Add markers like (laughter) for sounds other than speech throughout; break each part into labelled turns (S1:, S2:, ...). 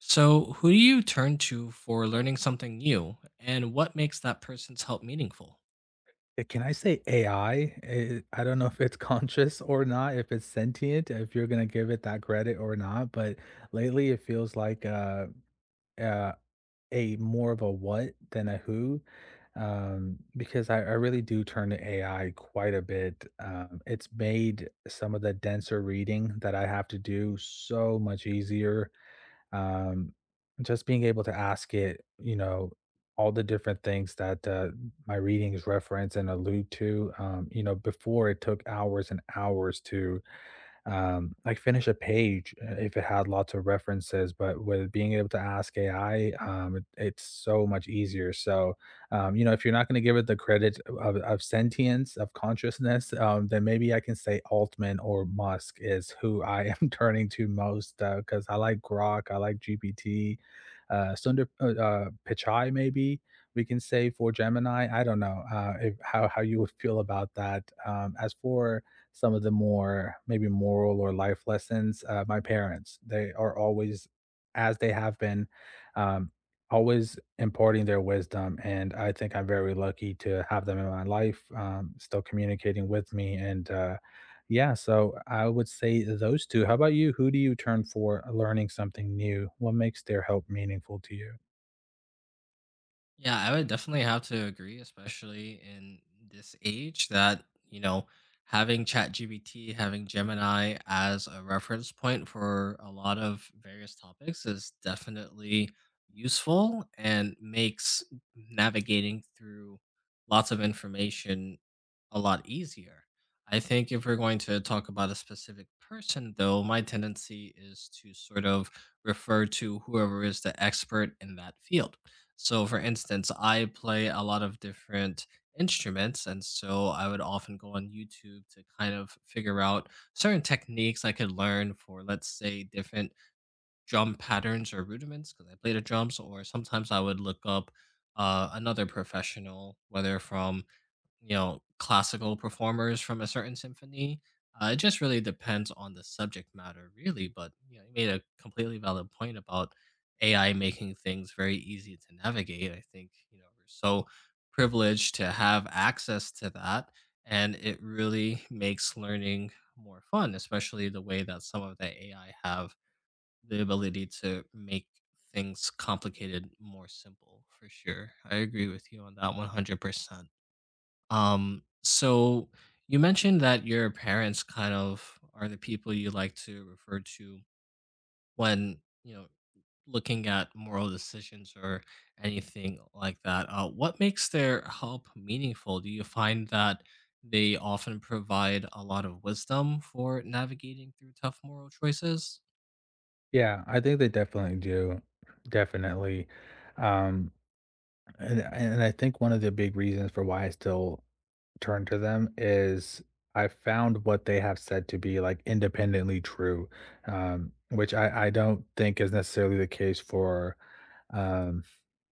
S1: So, who do you turn to for learning something new, and what makes that person's help meaningful?
S2: Can I say AI? I don't know if it's (laughs) conscious or not, if it's sentient, if you're gonna give it that credit or not, but lately it feels like, uh, a more of a what than a who, because I really do turn to AI quite a bit. It's made some of the denser reading that I have to do so much easier. Um, just being able to ask it, you know, all the different things that my readings reference and allude to, before it took hours and hours to like finish a page if it had lots of references. But with being able to ask AI, it's so much easier. So, if you're not going to give it the credit of sentience, of consciousness, then maybe I can say Altman or Musk is who I am (laughs) turning to most because I like Grok, I like GPT, Sundar Pichai, maybe we can say for Gemini. I don't know if, how you would feel about that. As for some of the more maybe moral or life lessons. My parents, they are always, as they have been, um, always imparting their wisdom. And I think I'm very lucky to have them in my life, still communicating with me. And yeah, so I would say those two. How about you? Who do you turn for learning something new? What makes their help meaningful to you?
S1: Yeah, I would definitely have to agree, especially in this age, that, you know, having ChatGPT, having Gemini as a reference point for a lot of various topics is definitely useful and makes navigating through lots of information a lot easier. I think if we're going to talk about a specific person, though, my tendency is to sort of refer to whoever is the expert in that field. So, for instance, I play a lot of different instruments, and so I would often go on YouTube to kind of figure out certain techniques I could learn for, let's say, different drum patterns or rudiments because I play the drums, or sometimes I would look up another professional, whether from, you know, classical performers from a certain symphony. It just really depends on the subject matter, really. But you know, you made a completely valid point about AI making things very easy to navigate. I think, you know, we're so privileged to have access to that, and it really makes learning more fun, especially the way that some of the AI have the ability to make things complicated more simple. For sure, I agree with you on that 100%. So you mentioned that your parents kind of are the people you like to refer to when, you know, looking at moral decisions or anything like that. What makes their help meaningful? Do you find that they often provide a lot of wisdom for navigating through tough moral choices?
S2: Yeah, I think they definitely do. Definitely. Um, and I think one of the big reasons for why I still turn to them is I found what they have said to be like independently true, which I don't think is necessarily the case for um,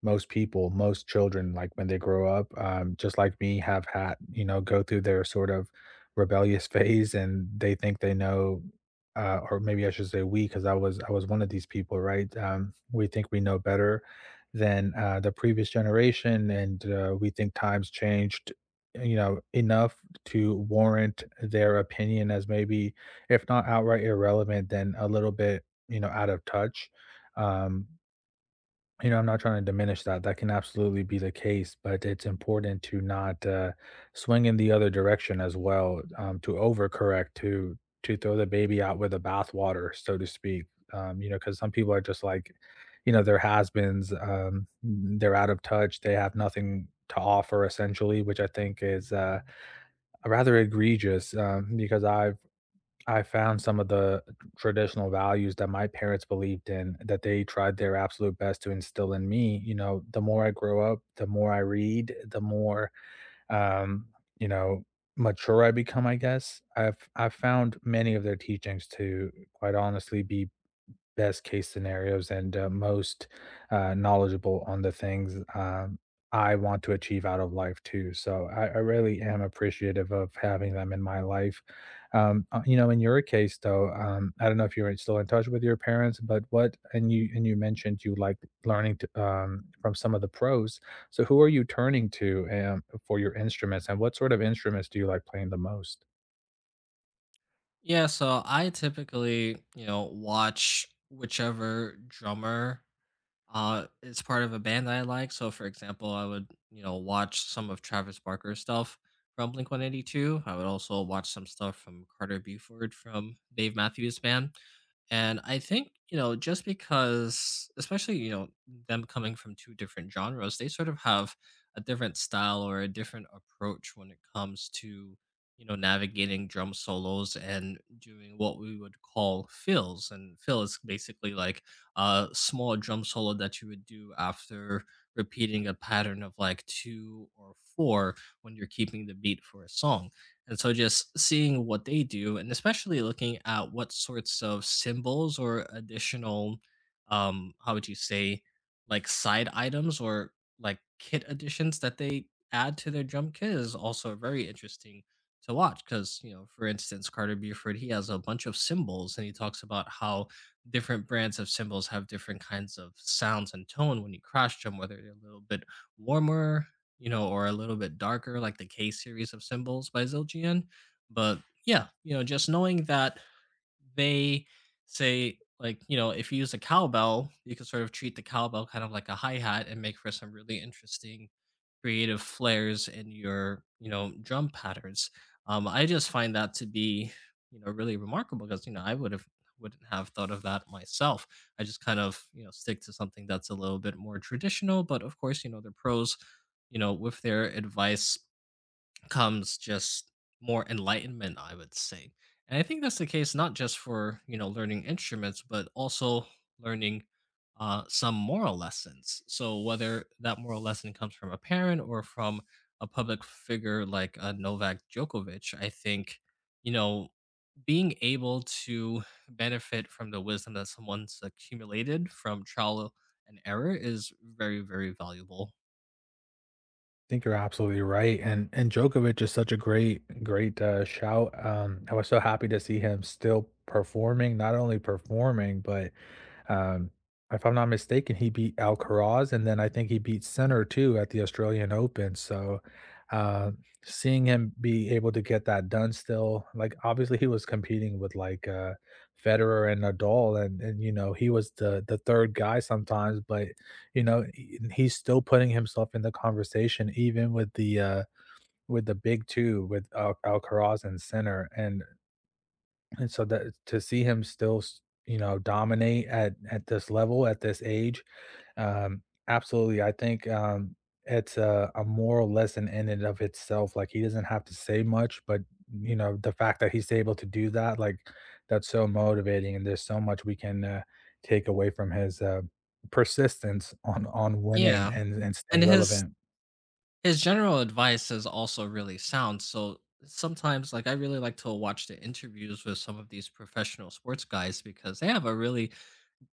S2: most people, most children, like when they grow up, just like me, have had, you know, go through their sort of rebellious (laughs) phase and they think they know. Or maybe I should say we, because I was one of these people, right? We think we know better than the previous generation, and we think times changed, you know, enough to warrant their opinion as maybe, if not outright irrelevant, then a little bit, you know, out of touch. Um, I'm not trying to diminish that. That can absolutely be the case, but it's important to not swing in the other direction as well, to overcorrect, to throw the baby out with the bathwater, so to speak. Because some people are just like, you know, they're has-beens. They're out of touch. They have nothing to offer, essentially, which I think is rather egregious, because I found some of the traditional values that my parents believed in that they tried their absolute best to instill in me. You know, the more I grow up, the more I read, the more um, you know mature I become. I guess I've found many of their teachings to quite honestly be best case scenarios and most knowledgeable on the things, I want to achieve out of life too. So I really am appreciative of having them in my life. You know, in your case though, I don't know if you're still in touch with your parents, but what and you mentioned you like learning to, from some of the pros. So who are you turning to for your instruments, and what sort of instruments do you like playing the most?
S1: Yeah, so I typically, you know, watch whichever drummer. It's part of a band that I like. So, for example, I would, you know, watch some of Travis Barker's stuff from Blink 182. I would also watch some stuff from Carter Buford from Dave Matthews Band. And I think, you know, just because, especially, you know, them coming from two different genres, they sort of have a different style or a different approach when it comes to, you know, navigating drum solos and doing what we would call fills. And fill is basically like, small drum solo that you would do after repeating a pattern of like two or four when you're keeping the beat for a song. And so just seeing what they do, and especially looking at what sorts of symbols or additional, how would you say, like side items or like kit additions that they add to their drum kit is also very interesting to watch because, you know, for instance, Carter Buford, he has a bunch of symbols and he talks about how different brands of cymbals have different kinds of sounds and tone when you crash them, whether they're a little bit warmer, you know, or a little bit darker, like the K series of cymbals by Zildjian. But yeah, you know, just knowing that they say, like, you know, if you use a cowbell, you can sort of treat the cowbell kind of like a hi hat and make for some really interesting creative flares in your, you know, drum patterns. I just find that to be, you know, really remarkable because, you know, I wouldn't have thought of that myself. I just kind of, you know, stick to something that's a little bit more traditional, but of course, you know, the pros, you know, with their advice comes just more enlightenment, I would say. And I think that's the case not just for, you know, learning instruments, but also learning some moral lessons. So whether that moral lesson comes from a parent or from a public figure like Novak Djokovic, I think, you know, being able to benefit from the wisdom that someone's accumulated from trial and error is very, very valuable.
S2: Think you're absolutely right, and Djokovic is such a great shout. I was so happy to see him still performing, not only performing, but um, if I'm not mistaken, he beat Alcaraz, and then I think he beat Sinner too at the Australian Open. So, uh, seeing him be able to get that done still, like obviously he was competing with like Federer and Nadal, and you know he was the third guy sometimes, but you know he's still putting himself in the conversation even with the big two with Alcaraz and Sinner, and so that to see him still you know dominate at this level at this age, um absolutely I think, it's a moral lesson in and of itself, like he doesn't have to say much but you know the fact that he's able to do that, like that's so motivating and there's so much we can take away from his persistence on winning
S1: Yeah.
S2: and
S1: And
S2: staying relevant.
S1: his general advice is also really sound. So sometimes, like, I really like to watch the interviews with some of these professional sports guys because they have a really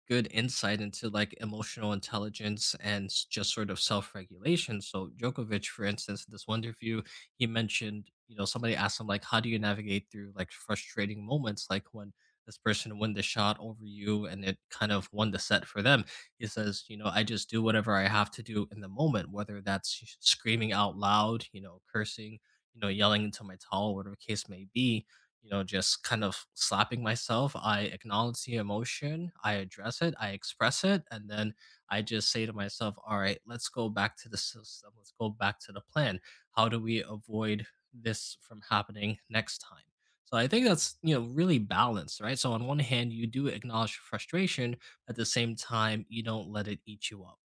S1: good insight into like emotional intelligence and just sort of self-regulation. So Djokovic, for instance, in this one interview, he mentioned, you know, somebody asked him like, how do you navigate through like frustrating moments, like when this person won the shot over you and it kind of won the set for them. He says, you know, I just do whatever I have to do in the moment, whether that's screaming out loud, you know, cursing, you know, yelling into my towel, whatever the case may be, you know, just kind of slapping myself. I acknowledge the emotion, I address it, I express it, and then I just say to myself, all right, let's go back to the system, let's go back to the plan. How do we avoid this from happening next time? So I think that's, you know, really balanced, right? So on one hand, you do acknowledge frustration, at the same time, you don't let it eat you up.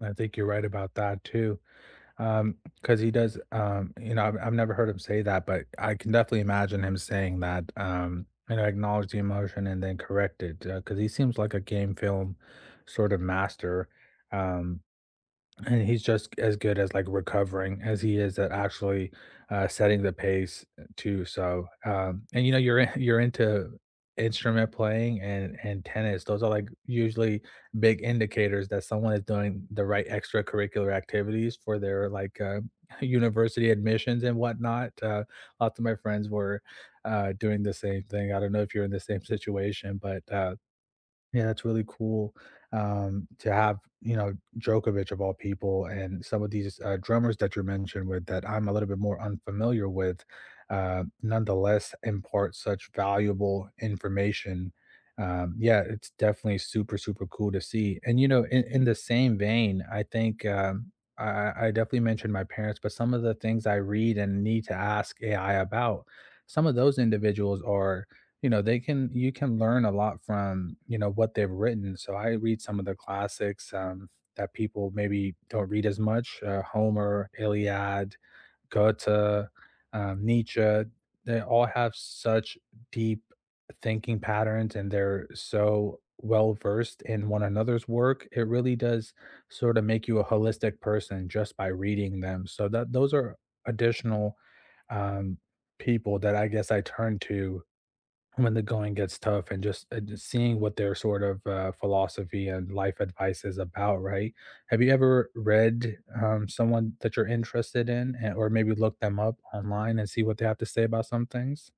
S2: I think you're right about that too, because he does, I've never heard him say that, but I can definitely imagine him saying that, you know, acknowledge the emotion and then correct it, because he seems like a game film sort of master, um, and he's just as good as, like, recovering as he is at actually, setting the pace, too, so, and, you know, you're in you're into instrument playing and tennis. Those are, like, usually big indicators that someone is doing the right extracurricular activities for their, like, (laughs) university admissions and whatnot. Lots of my friends were, doing the same thing. I don't know if you're in the same situation, but, yeah, that's really cool to have, you know, Djokovic of all people and some of these drummers that you mentioned with that I'm a little bit more unfamiliar with, nonetheless impart such valuable information. Yeah, it's definitely super, super cool to see. And, you know, in the same vein, I think I definitely mentioned my parents, but some of the things I read and need to ask AI about, some of those individuals are, you know, they can you can learn a lot from, you know, what they've written. So I read some of the classics, that people maybe don't read as much, Homer, Iliad, Goethe, Nietzsche. They all have such deep thinking patterns and they're so well versed in one another's work. It really does sort of make you a holistic person just by reading them. So that those are additional, um, people that I guess I turn to when the going gets tough and just seeing what their sort of philosophy and life advice is about, right? Have you ever read, someone that you're interested in and, or maybe look them up online and see what they have to say about some things?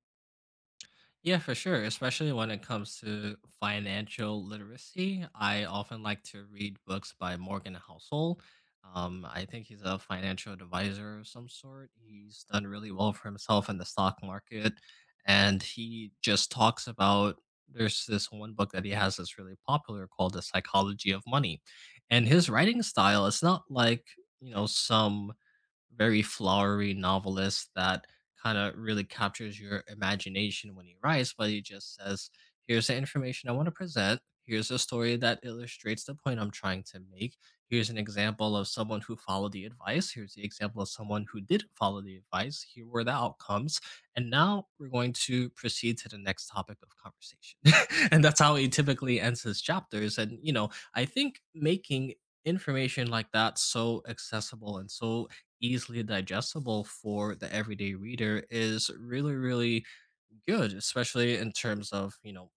S1: Yeah, for sure. Especially when it comes to financial literacy, I often like to read books by Morgan Housel. I think he's a financial advisor of some sort. He's done really well for himself in the stock market. And he just talks about there's this one book that he has that's really popular called The Psychology of Money. And his writing style, it's not like, you know, some very flowery novelist that kind of really captures your imagination when he writes, but he just says, here's the information I want to present. Here's a story that illustrates the point I'm trying to make. Here's an example of someone who followed the advice. Here's the example of someone who didn't follow the advice. Here were the outcomes. And now we're going to proceed to the next topic of conversation. (laughs) And that's how he typically ends his chapters. And, you know, I think making information like that so accessible and so easily digestible for the everyday reader is really, really good, especially in terms of, you know,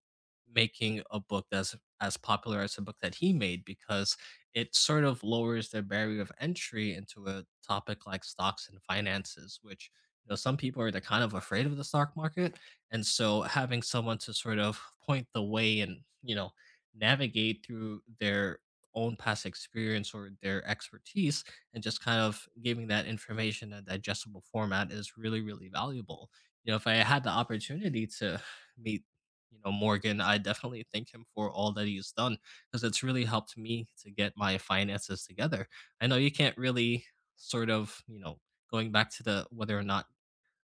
S1: making a book that's as popular as the book that he made because it sort of lowers their barrier of entry into a topic like stocks and finances, which, you know, some people are they're kind of afraid of the stock market. And so having someone to sort of point the way and, you know, navigate through their own past experience or their expertise and just kind of giving that information in a digestible format is really, really valuable. You know, if I had the opportunity to (sighs) meet, you know, Morgan, I definitely thank him for all that he's done because it's really helped me to get my finances together. I know you can't really sort of, you know, going back to the whether or not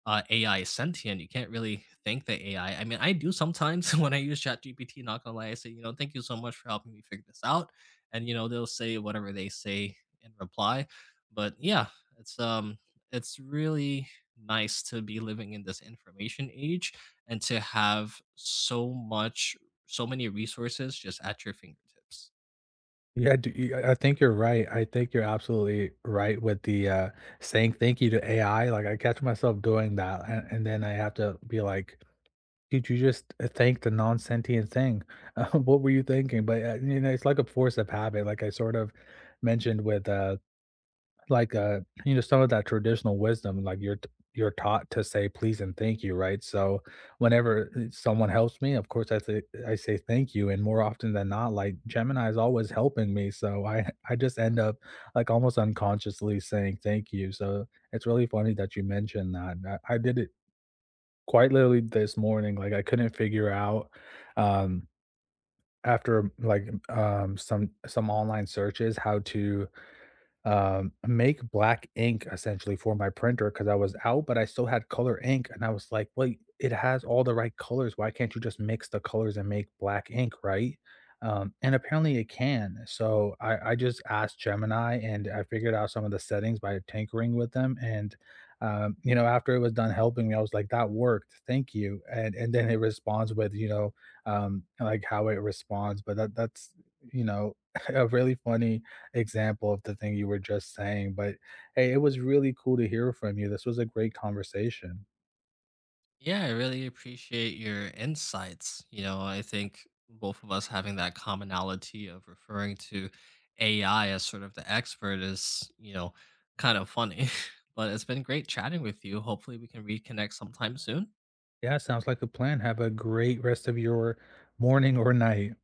S1: AI is sentient. You can't really thank the AI. I mean, I do sometimes (laughs) when I use ChatGPT. Not gonna lie, I say, you know, thank you so much for helping me figure this out, and you know, they'll say whatever they say in reply. But yeah, it's um, it's really nice to be living in this information age and to have so much, so many resources just at your fingertips.
S2: Yeah, do, I think you're right. I think you're absolutely right with the saying thank you to AI. Like I catch myself doing that, and then I have to be like, dude, you just, thanked the non-sentient thing. (laughs) What were you thinking? But, you know, it's like a force of habit, like I sort of mentioned with, like, uh, you know, some of that traditional wisdom, like you're taught to say please and thank you, right? So whenever, someone helps me, of course, I say thank you, and more often than not, like, Gemini is always helping me, so I (laughs) I just end up, like, almost unconsciously saying thank you. So it's really funny that you mentioned that. I did it quite literally this morning, like, I couldn't figure out, um, some online searches how to make black ink essentially for my printer because I was out, but I still had color ink. And I was like, well, it has all the right colors. Why can't you just mix the colors and make black ink, right? And apparently it can. So I just asked Gemini and I figured out some of the settings by tinkering with them. And, you know, after it was done helping me, I was like, that worked. Thank you. And then it responds with, you know, like how it responds. But that's, you know, (laughs) a really funny example of the thing you were just saying, but, hey, it was really cool to hear from you. This was a great conversation.
S1: Yeah, I really appreciate your insights. You know, I think both of us having that commonality of referring to AI as sort of the expert is, you know, kind of funny. (laughs) But it's been great chatting with you. Hopefully, we can reconnect sometime soon.
S2: Yeah, sounds like a plan. Have a great rest of your morning or night.